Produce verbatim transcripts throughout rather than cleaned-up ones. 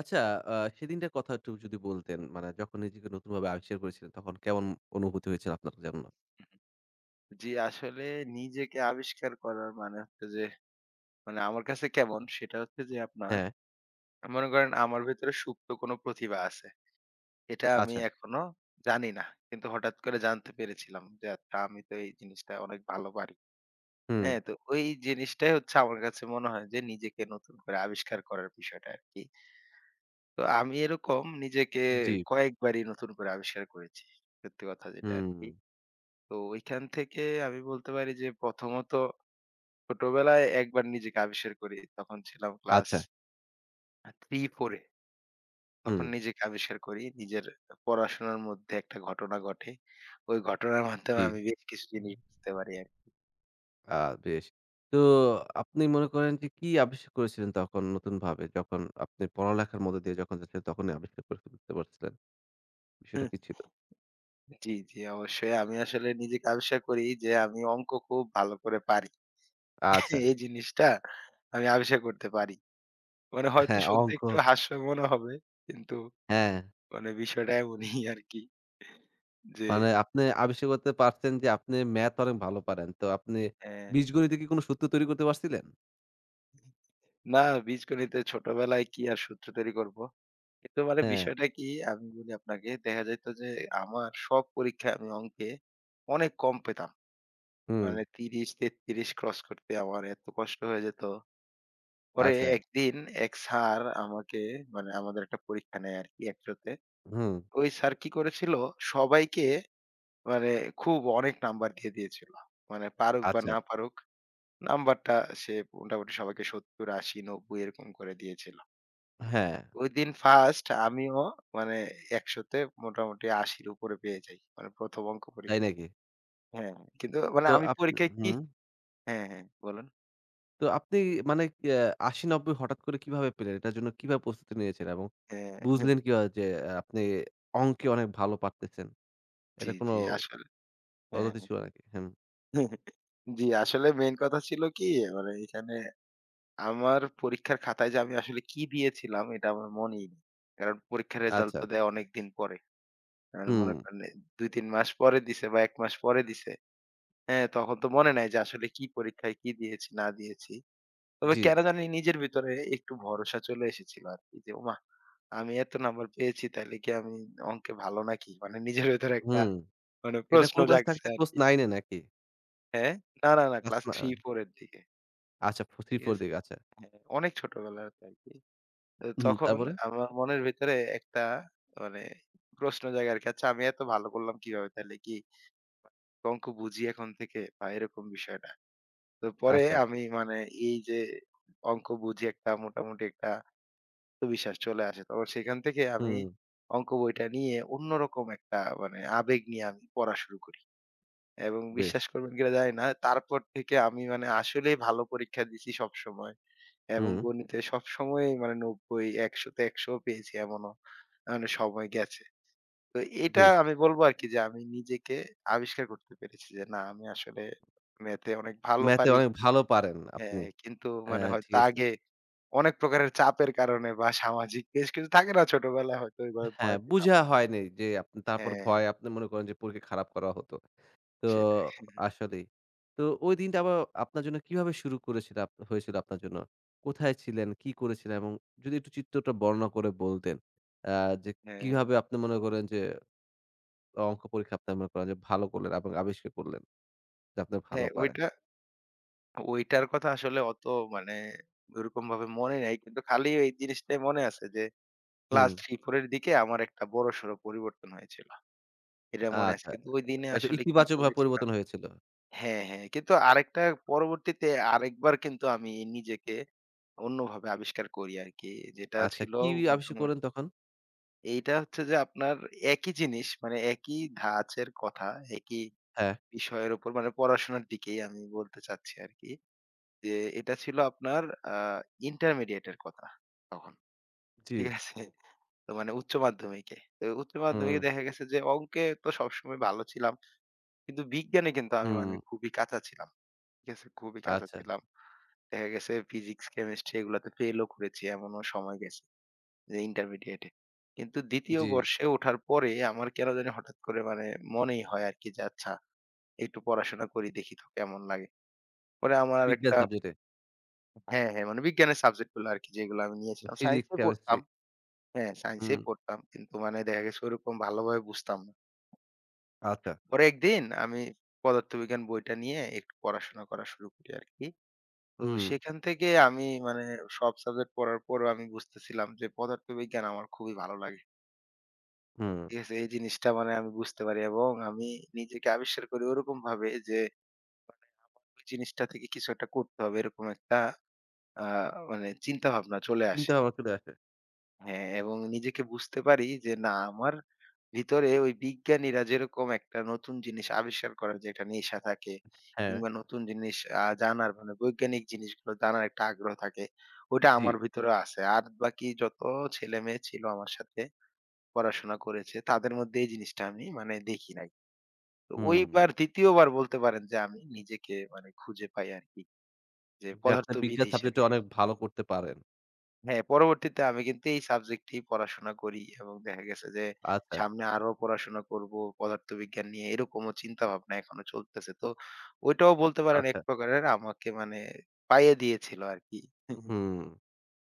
আচ্ছা। আ সেদিনটার কথা একটু যদি বলতেন, মানে যখন নিজেকে নতুনভাবে আবিষ্কার করেছিলেন, তখন কেমন অনুভূতি হয়েছিল আপনার জন্য? জি, আসলে নিজেকে আবিষ্কার করার মানে হচ্ছে যে মানে আমার কাছে কেমন সেটা হচ্ছে যে আপনার হ্যাঁ, মনে করেন আমার ভেতরে সুপ্ত কোনো প্রতিভা আছে। এটা আমি আচ্ছা। এখনো জানি না। কিন্তু হঠাৎ করে জানতে পেরেছিলাম যে আচ্ছা আমি তো এই জিনিসটা অনেক ভালো পারি। হুম, হ্যাঁ? তো ওই জিনিসটাই হচ্ছে আমার কাছে মনে হয় যে নিজেকে নতুন করে আবিষ্কার করার বিষয়টা আরকি। তো আমি এরকম নিজেকে জি, কয়েকবারই নতুন করে আবিষ্কার করেছি। সত্যি কথা যেটা হুম, আরকি। তো ওইখান থেকে আমি বলতে পারি যে প্রথমত ছোটবেলায় একবার নিজেকে আবিষ্কার করি। তখন ছিলাম ক্লাস আচ্ছা, আ তিন চার এ। হুম, তখন নিজেকে আবিষ্কার করি। নিজের পড়াশোনার মধ্যে একটা ঘটনা ঘটে। ওই ঘটনার মাধ্যমে জি। আমি বেশ কিছু জিনিস বুঝতে পারি আরকি। আ বেশ। তো আপনি মনে করেন যে কি আবিষ্কার করেছিলেন তখন নতুনভাবে? যখন আপনি পড়ালেখার মধ্য দিয়ে যখন যাচ্ছিলেন, তখনই আবিষ্কার করে ফেলতে পারছিলেন। বিষয়টা কি ছিল? জি, জি অবশ্যই। আমি আসলে নিজেকে আবিষ্কার করি যে আমি অঙ্ক খুব ভালো করে পারি। আচ্ছা, এই জিনিসটা আমি আবিষ্কার করতে পারি। মানে হয়তো হ্যাঁ, শুনতে অঙ্ক, একটু হাস্য মনে হবে কিন্তু হ্যাঁ। মানে বিষয়টা এমনই আরকি। যে মানে আপনি আবিষ্কার করতে পারছেন যে আপনি ম্যাথ অনেক ভালো পারেন। তো আপনি অ্যা বীজগণিতে কি কোন সূত্র তৈরি করতে পারছিলেন? না, বীজগণিতে ছোটবেলায় কি আর সূত্র তৈরি করব? কিন্তু মানে হ্যাঁ, বিষয়টা কি, আমি বলি আপনাকে, দেখা যাইত যে আমার সব পরীক্ষায় আমি অঙ্কে অনেক কম পেতাম। হুম, মানে ত্রিশ তেত্রিশ ক্রস করতে আমার এত কষ্ট হয়ে যেত। পরে আচ্ছা, একদিন এক স্যার আমাকে মানে আমাদের একটা পরীক্ষা নেয় আরকি একশোতে। হুম, ওই স্যার কি করেছিল, সবাইকে মানে খুব অনেক নাম্বার দিয়ে দিয়েছিল। মানে পারুক বা আচ্ছা, না পারুক, নাম্বারটা সে মোটামুটি সবাইকে সত্তর, আশি, নব্বই এরকম করে দিয়েছিল। হ্যাঁ, ওইদিন ফার্স্ট আমিও মানে একশো তে মোটামুটি আশি র উপরে পেয়ে যাই। মানে প্রথম অংক তাই পরীক্ষা। নাকি? হ্যাঁ, কিন্তু মানে তো আমি আপ পরীক্ষায় কি, হুম, হ্যাঁ, হ্যাঁ বলুন। তো আপনি মানে আ আশি নব্বই হঠাৎ করে কিভাবে পেলেন? এটার জন্য কিভাবে প্রস্তুতি নিয়েছেন এবং হ্যাঁ, হ্যাঁ, বুঝলেন কিভাবে যে আহ, আপনি অঙ্কে অনেক ভালো পারতেছেন? জি, এটা কোনো জি আসলে। হ্যাঁ, পদ্ধতি হ্যাঁ। ছিল নাকি? হুম, জি, আসলে মেইন কথা ছিল কি, মানে এখানে আমার পরীক্ষার খাতায় যে আমি আসলে কি দিয়েছিলাম, এটা আমার মনেই নেই। কারণ পরীক্ষার রেজাল্ট আচ্ছা, তো দেয় অনেকদিন পরে। আর হুম, মনে করেন দুই তিন মাস পরে দিছে বা এক মাস পরে দিছে। হ্যাঁ, তখন তো মনে নাই যে আসলে কি পরীক্ষায় কি দিয়েছি না দিয়েছি। তবে জি, কেন জানি নিজের ভিতরে একটু ভরসা চলে এসেছিল আরকি, যে ওমা! আমি এত নাম্বার পেয়েছি তাইলে কি আমি অঙ্কে ভালো নাকি? মানে নিজের ভেতরে একটা হুম, মানে এটা প্রশ্ন কোন ক্লাস জাগছে থাকতে ক্লাস আরকি। নয় এ নাকি? হ্যাঁ? না, না, না, ক্লাস ক্লাস না তিন চার এর দিকে। আচ্ছা, ঠিক তিন চার আছে? দিকে আচ্ছা, হ্যাঁ, অনেক ছোটবেলাতে আরকি। তো হুম, তখন তারপরে? আমার মনের ভেতরে একটা মানে প্রশ্ন জাগে আরকি। আচ্ছা আমি এত ভালো করলাম কিভাবে? তাইলে কি অঙ্ক বুঝি এখন থেকে? বা এরকম বিষয়টা। তো পরে আচ্ছা, আমি মানে এই যে অঙ্ক বুঝি, একটা মোটামুটি একটা আত্মবিশ্বাস চলে আসে। তখন সেখান থেকে আমি হুম, অঙ্ক বইটা নিয়ে অন্যরকম একটা মানে আবেগ নিয়ে আমি পড়া শুরু করি। এবং বেশ, বিশ্বাস করবেন কিনা জানি না, তারপর থেকে আমি মানে আসলেই ভালো পরীক্ষা দিছি সবসময়। এবং হুম, গণিতে সবসময়ই মানে নব্বই, একশো তে একশো পেয়েছি, এমনও মানে সময় গেছে। তো এটা বেশ। আমি বলবো আরকি যে আমি নিজেকে আবিষ্কার করতে পেরেছি যে, না, আমি আসলে ম্যাথে অনেক ভালো ম্যাথে পারি। অনেক ভালো পারেন হ্যাঁ, আপনি। কিন্তু অ্যা মানে ঠিক হয়তো আছে। আগে অনেক প্রকারের চাপের কারণে বা সামাজিক বেশ কিছু থাকে না, ছোটবেলায় হয়তো ওইভাবে হ্যাঁ, ভয় পেতাম। বুঝা হয় নাই যে আপ তারপর হ্যাঁ, ভয় আপনি মনে করেন যে পরীক্ষা খারাপ করা হতো। তো সেটাই। আসলেই। তো ওই দিনটা আবার আপনার জন্য কিভাবে শুরু করেছিল আপ হয়েছিল আপনার জন্য? কোথায় ছিলেন? কি করেছিলেন? এবং যদি একটু চিত্রটা বর্ণনা করে বলতেন, অ্যা যে হ্যাঁ, কিভাবে আপনি মনে করেন যে অঙ্ক পরীক্ষা আপনি মনে করেন যে ভালো করলেন এবং আবিষ্কার করলেন যে আপনি ভালো হ্যাঁ, পারেন। ওইটা ওইটার কথা আসলে অত মানে ওইরকম ভাবে মনে নাই। কিন্তু খালি এই জিনিসটাই মনে আছে যে ক্লাস হুম। তিন চার এর দিকে আমার একটা বড়সড় পরিবর্তন হয়েছিল। এটা মনে আছে। আচ্ছা, কিন্তু ওই দিনে এটা আসলে কি ইতিবাচকভাবে করেছিলাম, পরিবর্তন হয়েছিল। হ্যাঁ, হ্যাঁ। কিন্তু আরেকটা পরবর্তীতে আরেকবার কিন্তু আমি নিজেকে অন্যভাবে আবিষ্কার করি আরকি। যেটা আচ্ছা, ছিল কি আবিষ্কার মোটামুটি, করলেন তখন? এইটা হচ্ছে যে আপনার একই জিনিস, মানে একই ধাঁচের কথা, একই হ্যাঁ। বিষয়ের উপর, মানে পড়াশোনার দিকেই আমি বলতে চাচ্ছি আরকি। যে এটা ছিল আপনার আ ইন্টারমিডিয়েট এর কথা তখন। জি। ঠিক আছে? তো মানে উচ্চ মাধ্যমিকে। তো উচ্চ হুম, মাধ্যমিকে দেখা গেছে যে অঙ্কে তো সবসময় ভালো ছিলাম। কিন্তু বিজ্ঞানে কিন্তু আমি হুম। মানে খুবই কাঁচা ছিলাম। ঠিক আছে? খুবই কাঁচা আচ্ছা, ছিলাম। দেখা গেছে ফিজিক্স, কেমিস্ট্রি এগুলাতে ফেইলও করেছি, এমনও সময় গেছে। যে ইন্টারমিডিয়েটে। কিন্তু দ্বিতীয় জি। বর্ষে ওঠার পরে আমার কেন জানি হঠাৎ করে মানে মনেই হয় আরকি যে আচ্ছা একটু পড়াশোনা করি দেখি তো কেমন লাগে। পরে আমার বিজ্ঞান আরেকটা, সাবজেক্টে। হ্যাঁ, হ্যাঁ, মানে বিজ্ঞানের সাবজেক্ট গুলো আরকি যেগুলো আমি নিয়েছিলাম। ফিজিক্স, সায়েন্সে পড়তাম। কেমিস্ট্রি। হ্যাঁ, সায়েন্সেই হুম, পড়তাম। কিন্তু মানে দেখা গেছে ওরকম ভালোভাবে বুঝতাম না। আচ্ছা। পরে একদিন আমি পদার্থবিজ্ঞান বইটা নিয়ে একটু পড়াশোনা করা শুরু করি আরকি। তো হুম, সেখান থেকে আমি মানে সব সাবজেক্ট পড়ার পরেও আমি বুঝতেছিলাম যে পদার্থবিজ্ঞান আমার খুবই ভালো লাগে। হুম। ঠিক আছে? এই জিনিসটা মানে আমি বুঝতে পারি এবং আমি নিজেকে আবিষ্কার করি ওরকম ভাবে যে আমার ওই জিনিসটা থেকে কিছু একটা করতে হবে, এরকম একটা আ মানে চিন্তা ভাবনা চলে আসে। চিন্তা ভাবনা চলে আসে। হ্যাঁ, এবং নিজেকে বুঝতে পারি যে না আমার ভিতরে ওই বিজ্ঞানীরা যেরকম একটা নতুন জিনিস আবিষ্কার করার যে একটা নেশা থাকে হ্যাঁ, কিংবা নতুন জিনিস আ জানার মানে বৈজ্ঞানিক জিনিসগুলো জানার একটা আগ্রহ থাকে, ওইটা জি। আমার ভিতরেও আছে। আর বাকি যত ছেলেমেয়ে ছিল আমার সাথে পড়াশোনা করেছে তাদের মধ্যে এই জিনিসটা আমি মানে দেখি নাই। তো হুম। ওইবার দ্বিতীয় বার বলতে পারেন যে আমি নিজেকে মানে খুঁজে পাই আরকি। যে যে আপনি পদার্থবিদ বিজ্ঞান সাবজেক্টে হিসেবে। অনেক ভালো করতে পারেন। হ্যাঁ, পরবর্তীতে আমি কিন্তু এই সাবজেক্টেই পড়াশোনা করি এবং দেখা গেছে যে আচ্ছা, সামনে আরো পড়াশোনা করব পদার্থবিজ্ঞান নিয়ে, এরকমও চিন্তাভাবনা এখনো চলতেছে। তো ওইটাও বলতে পারেন এক আচ্ছা। প্রকারের আমাকে মানে পাইয়ে দিয়েছিল আরকি। হুম।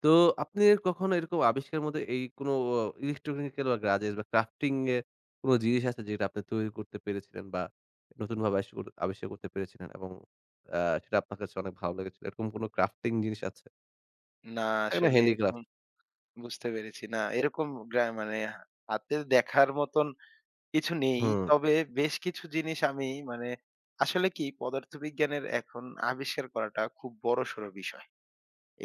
তো আপনি কখনো এরকম আবিষ্কারের মধ্যে এই কোনো ইলেকট্রনিক্যাল বা গ্যাজেটস বা ক্রাফটিং এর কোনো জিনিস আছে যেটা আপনি তৈরি করতে পেরেছিলেন বা নতুনভাবে আবিষ্ আবিষ্কার করতে পেরেছিলেন এবং আ সেটা আপনার কাছে অনেক ভালো লেগেছিল। এরকম কোনো ক্রাফটিং জিনিস আছে? না থাকে না আসলে এরকম হ্যান্ডিক্রাফট? বুঝতে পেরেছি। না, এরকম গ্রা মানে হাতে দেখার মতন কিছু নেই। হুম, তবে বেশ কিছু জিনিস আমি মানে আসলে কি, পদার্থবিজ্ঞানের এখন আবিষ্কার করাটা খুব বড়সড় বিষয়।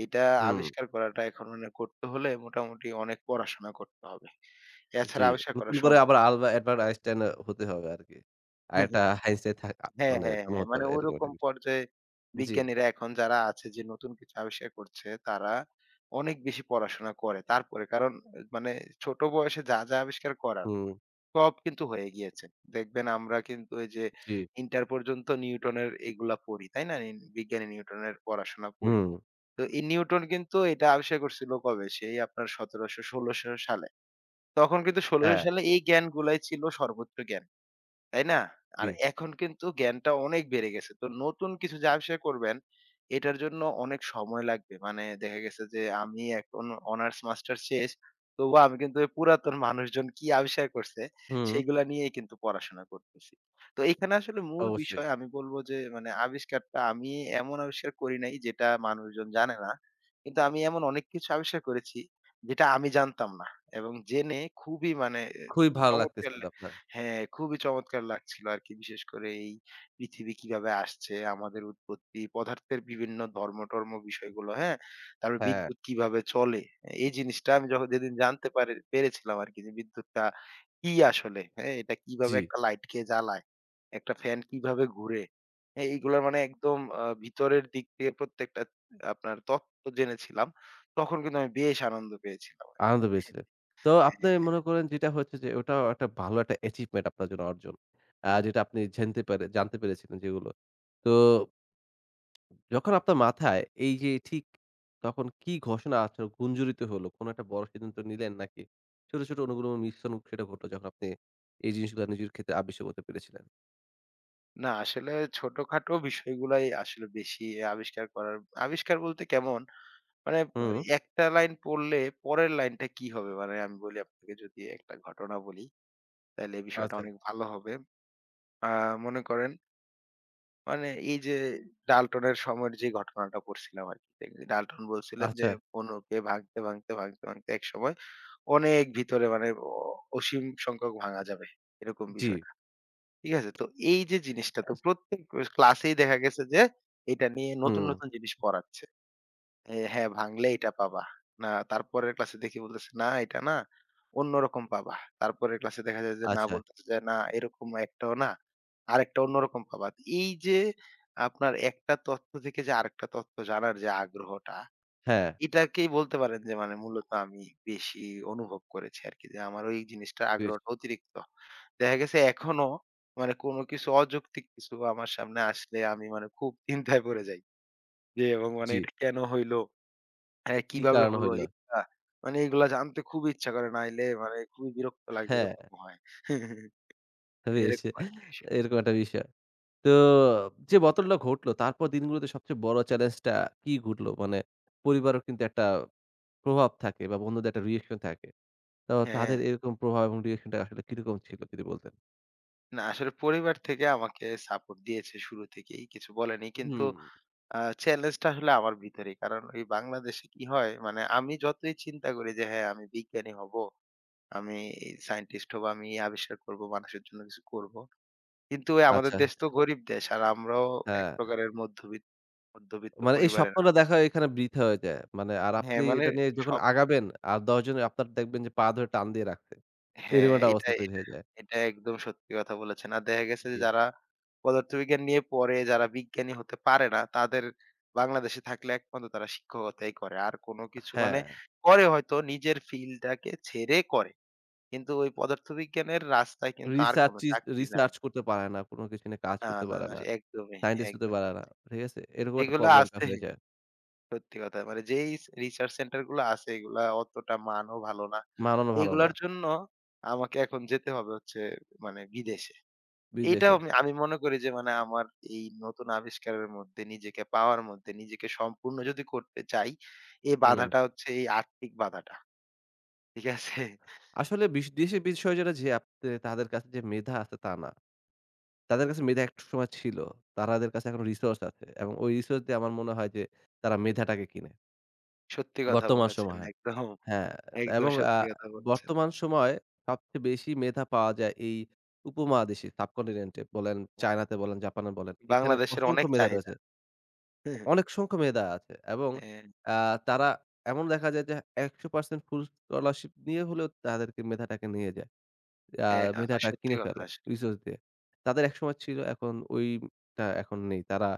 এইটা হুম। আবিষ্কার করাটা এখন মানে করতে হলে মোটামুটি অনেক পড়াশোনা করতে হবে। জি, এছাড়া আবিষ্কার করা নতুন করে সম্ভব আবার না আলবা তো। এডভার্ট আইনস্টাইন আ হতে হবে আরকি। আরেকটা আইনস্টাইন থাক আ হ্যাঁ, মানে হ্যাঁ, জন্ম হ্যাঁ। হতে মানে হবে এরকম ওইরকম একটা বিষয়। পর্যায়ে জি, বিজ্ঞানীরা এখন যারা আছে যে নতুন কিছু আবিষ্কার করছে, তারা অনেক বেশি পড়াশোনা করে। তারপরে কারণ মানে ছোট বয়সে যা যা আবিষ্কার করার হুম, সব কিন্তু হয়ে গিয়েছে। দেখবেন আমরা কিন্তু ওই যে জি, ইন্টার পর্যন্ত নিউটনের এগুলা পড়ি, তাই না? নিন বিজ্ঞানী নিউটনের পড়াশোনা পড়ি। হুম, তো এই নিউটন কিন্তু এটা আবিষ্কার করছিল কবে? সেই আপনার সতেরোশো ষোলোশো সালে। তখন কিন্তু ষোলোশো হ্যাঁ, সালে এই জ্ঞানগুলাই ছিল সর্বোচ্চ জ্ঞান। তাই না? আর জি, এখন কিন্তু জ্ঞানটা অনেক বেড়ে গেছে। তো নতুন কিছু যে আবিষ্কার করবেন, এটার জন্য অনেক সময় লাগবে। মানে দেখা গেছে যে আমি এখন অনার্স মাস্টার্স শেষ। তবুও আমি কিন্তু ওই পুরাতন মানুষজন কি আবিষ্কার করছে, হুম, সেগুলা নিয়েই কিন্তু পড়াশোনা করতেছি। তো এখানে আসলে মূল অবশ্যই। বিষয় আমি বলব যে মানে আবিষ্কারটা আমি এমন আবিষ্কার করি নাই যেটা মানুষজন জানে না। কিন্তু আমি এমন অনেক কিছু আবিষ্কার করেছি যেটা আমি জানতাম না। এবং জেনে খুবই মানে এ খুবই ভালো চমৎকার, লাগতেছিল আপনার। হ্যাঁ, খুবই চমৎকার লাগছিল আরকি। বিশেষ করে এই পৃথিবী কিভাবে আসছে, আমাদের উৎপত্তি, পদার্থের বিভিন্ন ধর্ম-টর্ম বিষয়গুলো, হ্যাঁ? তারপর হ্যাঁ, বিদ্যুৎ কিভাবে চলে। এই জিনিসটা আমি যখন যেদিন জানতে পারে পেরেছিলাম আরকি যে বিদ্যুৎটা কি আসলে, হ্যাঁ? এটা জি, কিভাবে একটা লাইটকে জ্বালায়, একটা ফ্যান কিভাবে ঘুরে। হ্যাঁ, এইগুলার মানে একদম আ ভিতরের দিক দিয়ে প্রত্যেকটা আপনার তত্ত্ব জেনেছিলাম। তখন কিন্তু আমি বেশ আনন্দ পেয়েছিলাম আরকি। আনন্দ পেয়েছিলেন। তো আপনি হ্যাঁ। মনে করেন যেটা হচ্ছে যে ওটাও একটা ভালো একটা অ্যাচিভমেন্ট আপনার জন্য অর্জন। আ যেটা আপনি ঝেনতে পেরে জানতে পেরেছিলেন যেগুলো। তো যখন আপনার মাথায় এই যে ঠিক তখন কি ঘোষণা আপনার গুঞ্জরিত হলো? কোনো একটা বড় সিদ্ধান্ত নিলেন নাকি ছোট, ছোট অনুগুলোর মিশ্রণ সেটা ঘটলো যখন আপনি এই জিনিসগুলো নিজের ক্ষেত্রে আবিষ্কার করতে পেরেছিলেন? না আসলে ছোটখাটো বিষয়গুলাই আসলে বেশি আবিষ্কার করার, আবিষ্কার বলতে কেমন, মানে হুম। একটা লাইন পড়লে পরের লাইনটা কি হবে, মানে আমি বলি আপনাকে, যদি একটা ঘটনা বলি তাহলে এই বিষয়টা আচ্ছা। অনেক ভালো হবে। আহ মনে করেন মানে এই যে ডাল্টনের সময়ের যে ঘটনাটা পড়ছিলাম আর কি, ডাল্টন বলছিলেন যে আচ্ছা, অণুকে ভাঙতে ভাঙতে ভাঙতে ভাঙতে এক সময় অনেক ভিতরে মানে অ- অসীম সংখ্যক ভাঙা যাবে, এরকম জি। বিষয়। ঠিক আছে? তো এই যে জিনিসটা তো প্রত্যেক স ক্লাসেই দেখা গেছে যে এটা নিয়ে নতুন হুম, নতুন জিনিস পড়াচ্ছে। এ হ্যাঁ, ভাঙলে এটা পাবা। না, তারপরের ক্লাসে দেখি বলতেছে, "না এটা না, অন্যরকম পাবা।" তারপরের ক্লাসে দেখা যায় যে না, আচ্ছা। বলতেছে যে, "না এরকম একটাও না, আরেকটা অন্যরকম পাবা।" এই যে আপনার একটা তথ্য থেকে যে আরেকটা তথ্য জানার যে আগ্রহটা, হ্যাঁ, এটাকেই বলতে পারেন যে মানে মূলত আমি বেশি অনুভব করেছি আরকি। যে আমার ওই জিনিসটার বেশ। আগ্রহটা অতিরিক্ত। দেখা গেছে এখনো মানে কোনো কিছু অযৌক্তিক কিছু আমার সামনে আসলে আমি মানে খুব চিন্তায় পড়ে যাই। যে এবং মানে জি। এটা কেন হইলো? হ্যাঁ, কি কিভাবে কারণ হলো হইলো? এটা? মানে এগুলা জানতে খুবই ইচ্ছা করে, নাইলে মানে খুবই বিরক্ত লাগে, হ্যাঁ, এরকম হয়। বেশ। এরকম আরকি বিষয়। এরকম একটা বিষয়। তো যে বদলটা ঘটলো তারপর দিনগুলোতে সবচেয়ে বড় চ্যালেঞ্জটা কি ঘটলো? মানে পরিবারেও কিন্তু একটা প্রভাব থাকে বা বন্ধুদের একটা রিঅ্যাকশন থাকে। তো হ্যাঁ। তাদের এরকম প্রভাব এবং রিঅ্যাকশনটা আসলে কিরকম ছিল যদি বলতেন? না আসলে পরিবার থেকে আমাকে সাপোর্ট দিয়েছে শুরু থেকেই, কিছু বলেনি। কিন্তু হুম। আ চ্যালেঞ্জটা আসলে আমার ভিতরেই। কারণ এই বাংলাদেশে কি হয়, মানে আমি যতই চিন্তা করি যে হ্যাঁ, আমি বিজ্ঞানী হবো, আমি এই সায়েন্টিস্ট হবো, আমি এই আবিষ্কার করব, মানুষের জন্য কিছু করব। কিন্তু ওই আমাদের আচ্ছা, দেশ তো গরিব দেশ। আর আমরাও এক হ্যাঁ। প্রকারের মধ্যবিত মধ্যবিত্ত মানে এই পরিবারের। আ স্বপ্নটা দেখা এখানে বৃথা হয়ে যায়। মানে আর হ্যাঁ, আপনি মানে এটা নিয়ে যখন সব, আগাবেন আর দশ জন আপনার দেখবেন যে পা ধরে টান দিয়ে রাখছে। হ্যাঁ, এরকম একটা এটা অবস্থা তৈরি এটা হয়ে যায়। এটা একদম সত্যি কথা বলেছেন। আর দেখা গেছে যে জি। যারা পদার্থবিজ্ঞান নিয়ে পড়ে, যারা বিজ্ঞানী হতে পারে না, তাদের বাংলাদেশে থাকলে একমাত্র তারা শিক্ষকতাই করে। আর কোনো কিছু মানে হ্যাঁ, করে হয়তো নিজের ফিল্ডটাকে ছেড়ে করে। কিন্তু ওই পদার্থবিজ্ঞানের রাস্তায় কিন্তু আর রিসার্চ কোনো ই চাকরি নাই। রিসার্চ করতে পারে না, কোনো কিছু নিয়ে কাজ না, করতে না, পারে না, একদমই, সায়েন্টিস্ট হতে একদমই। পারে না। ঠিক আছে? এরকম একটা এগুলা প্রবলেমটা আছে। হয়ে যায়। সত্যি কথা। মানে যেই স রিসার্চ সেন্টার গুলো আছে, এগুলা অতটা মানও ভালো না। মানানো ভালো না। এগুলার জন্য আমাকে এখন যেতে হবে হচ্ছে মানে বিদেশে। এইটাও বিদেশে। আমি আমি মনে করি যে মানে আমার এই নতুন আবিষ্কারের মধ্যে নিজেকে পাওয়ার মধ্যে নিজেকে সম্পূর্ণ যদি করতে চাই, এই হুম। বাধাটা হচ্ছে এই আর্থিক বাধাটা। ঠিক আছে? আসলে বিশ দেশে বিষয় যেটা যে আপনি তাদের কাছে যে মেধা আছে তা না। তাদের কাছে মেধা একসময় ছিল। তারাদের কাছে এখন রিসোর্স আছে এবং ওই রিসোর্স দিয়ে আমার মনে হয় যে তারা মেধাটাকে কিনে। সত্যি কথা বর্তমান বলেছেন। সময়ে একদম, হ্যাঁ, একদম এবং আ সত্যি কথা বলেছেন। বর্তমান সময়ে সবচেয়ে বেশি মেধা পাওয়া যায় এই উপমহাদেশে সাবকন্টিনেন্ট এ বলেন, হ্যাঁ, চায়নাতে বলেন, জাপানে বলেন। এখানে বাংলাদেশের অনেক অসংখ্য মেধা চাহিদা। রয়েছে। হ্যাঁ, অনেক সংখ্য মেধা আছে এবং হ্যাঁ, আ তারা এমন দেখা যায় যে একশো শতাংশ ফুল স্কলারশিপ নিয়ে হলেও তাদেরকে মেধাটাকে নিয়ে যায়। আ হ্যাঁ, আ মেধাটা সত্যি কিনে কথা ফেলে আসলে। রিসোর্স দিয়ে। তাদের একসময় ছিল এখন ওইটা এখন নেই। তারা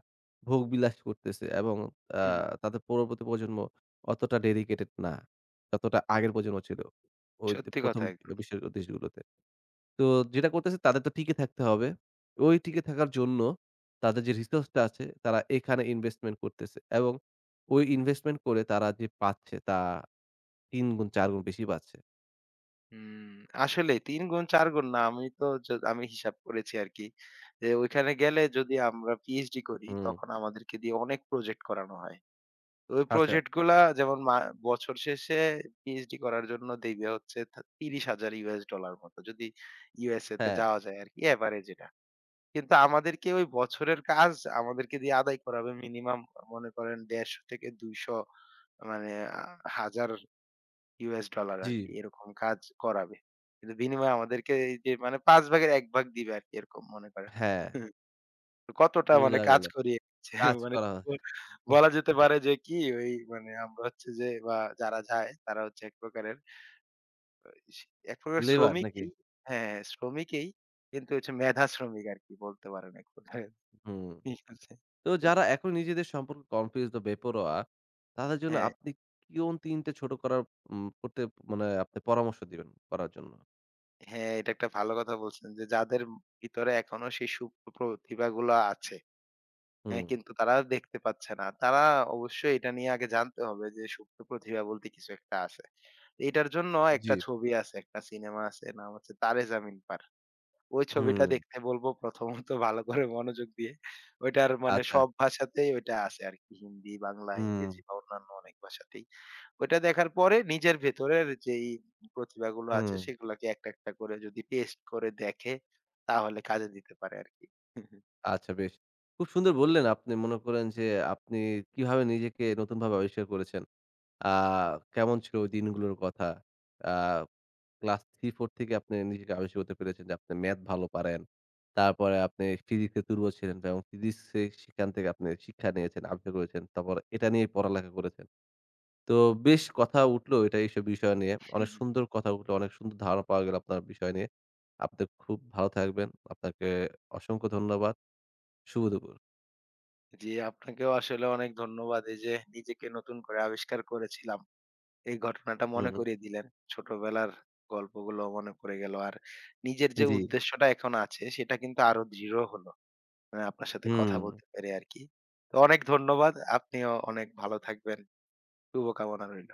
ভোগবিলাস করতেছে এবং আ হু, হু। তাদের পরবর্তী প্রজন্ম অতটা ডেডিকেটেড না। যতটা আগের প্রজন্ম ছিল। ওই যে সত্যি ১ম কথা। বিশ্বের দেশগুলোতে। তো যেটা করতেছে তাদের তো টিকে থাকতে হবে। ওই টিকে থাকার জন্য তাদের যে রিসোর্সটা আছে তারা এখানে ইনভেস্টমেন্ট করতেছে এবং ওই ইনভেস্টমেন্ট করে তারা যে পাচ্ছে তা তিন গুণ চার গুণ বেশি পাচ্ছে। হুম, আসলে তিন গুণ চার গুণ না। আমি তো য আমি হিসাব করেছি আরকি। যে ওইখানে গেলে যদি আমরা পিএইচডি করি হুম। তখন আমাদেরকে দিয়ে অনেক প্রজেক্ট করানো হয়। তো ওই আচ্ছা। প্রজেক্ট গুলা যেমন মা বছর শেষে পিএইচডি করার জন্য দিবে হচ্ছে থা ত্রিশ হাজার ডলার মতো। যদি ইউএসএ তে হ্যাঁ। যাওয়া যায় আরকি, এভারেজ এটা। কিন্তু আমাদেরকে ওই বছরের কাজ আমাদেরকে দিয়ে আদায় করাবে মিনিমাম মনে করেন একশো পঞ্চাশ থেকে দুইশো, মানে আ হাজার ইউএস ডলার জি। আরকি, এরকম কাজ করাবে। কিন্তু বিনিময়ে আমাদেরকে এই যে মানে পাঁচ ভাগের এক ভাগ দিবে আরকি, এরকম মনে করেন। হ্যাঁ। হুম, কতটা মানে বুঝা কাজ গেল। করিয়ে দিচ্ছে কাজ মানে করা হয়। ব- বলা যেতে পারে যে কি, ওই মানে আমরা হচ্ছে যে, বা যারা যায় তারা হচ্ছে এক প্রকারের, শ- এক প্রকারের লেবার নাকি? শ্রমিকই, হ্যাঁ, শ্রমিকই, কিন্তু হচ্ছে মেধা শ্রমিক আরকি, বলতে পারেন এক প্রকারের। হুম। ঠিক আছে? তো যারা এখন নিজেদের সম্পর্কে কনফিউজড বা বেপরোয়া, তাদের জন্য হ্যাঁ, আপনি কোন তিন টে ছোট করার উম করতে মানে আপনি পরামর্শ দিবেন করার জন্য? হ্যাঁ, এটা একটা ভালো কথা বলছেন, যে যাদের ভিতরে এখনো সেই সুপ্ত প্রতিভাগুলা আছে। হ্যাঁ, হুম। কিন্তু তারা দেখতে পাচ্ছে না। তারা অবশ্যই এটা নিয়ে আগে জানতে হবে যে সুপ্ত প্রতিভা বলতে কিছু একটা আছে। এটার জন্য জি। একটা ছবি আছে, একটা সিনেমা আছে। নাম হচ্ছে 'তারে জামিন পার'। ওই ছবিটা হুম। দেখতে বলব প্রথমত, ভালো করে মনোযোগ দিয়ে। ওইটার মানে আচ্ছা। সব ভাষাতেই ওইটা আছে আরকি। হিন্দি, বাংলা, হুম, ইংরেজি বা অন্যান্য অনেক ভাষাতেই। ওইটা দেখার পরে নিজের ভেতরের যেই প্রতিভাগুলো হুম। আছে সেগুলাকে একটা একটা করে যদি টেস্ট করে দেখে তাহলে কাজে দিতে পারে আরকি। আচ্ছা, বেশ। খুব সুন্দর বললেন আপনি মনে করেন যে আপনি কিভাবে নিজেকে নতুনভাবে আবিষ্কার করেছেন। আ কেমন ছিল ওই দিনগুলোর কথা? আ ক্লাস তিন চার থেকে আপনি নিজেকে আবিষ্কার করতে পেরেছেন যে আপনি ম্যাথ ভালো পারেন। তারপরে আপনি ফিজিক্সে দুর্বল ছিলেন এবং ফিজিক্সে সেখান থেকে আপনি শিক্ষা নিয়েছেন, আবিষ্কার করেছেন। তারপর এটা নিয়ে পড়ালেখা করেছেন। তো বেশ কথা উঠলো এটা এইসব বিষয় নিয়ে। অনেক সুন্দর কথা উঠলো, অনেক সুন্দর ধারণা পাওয়া গেল আপনার বিষয় নিয়ে। আপনি খুব ভালো থাকবেন। আপনাকে অসংখ্য ধন্যবাদ। শুভ দুপুর। জি, আপনাকেও আসলে অনেক ধন্যবাদ। এই যে নিজেকে নতুন করে আবিষ্কার করেছিলাম, এই ঘটনাটা মনে হুম, করিয়ে দিলেন। ছোটবেলার গল্পগুলো মনে পড়ে গেল। আর নিজের যে জি। উদ্দেশ্যটা এখন আছে সেটা কিন্তু আরো দৃঢ় হলো। মানে আপনার সাথে কথা হুম। বলতে পেরে আরকি। তো অনেক ধন্যবাদ। আপনিও অনেক ভালো থাকবেন। শুভকামনা রইল।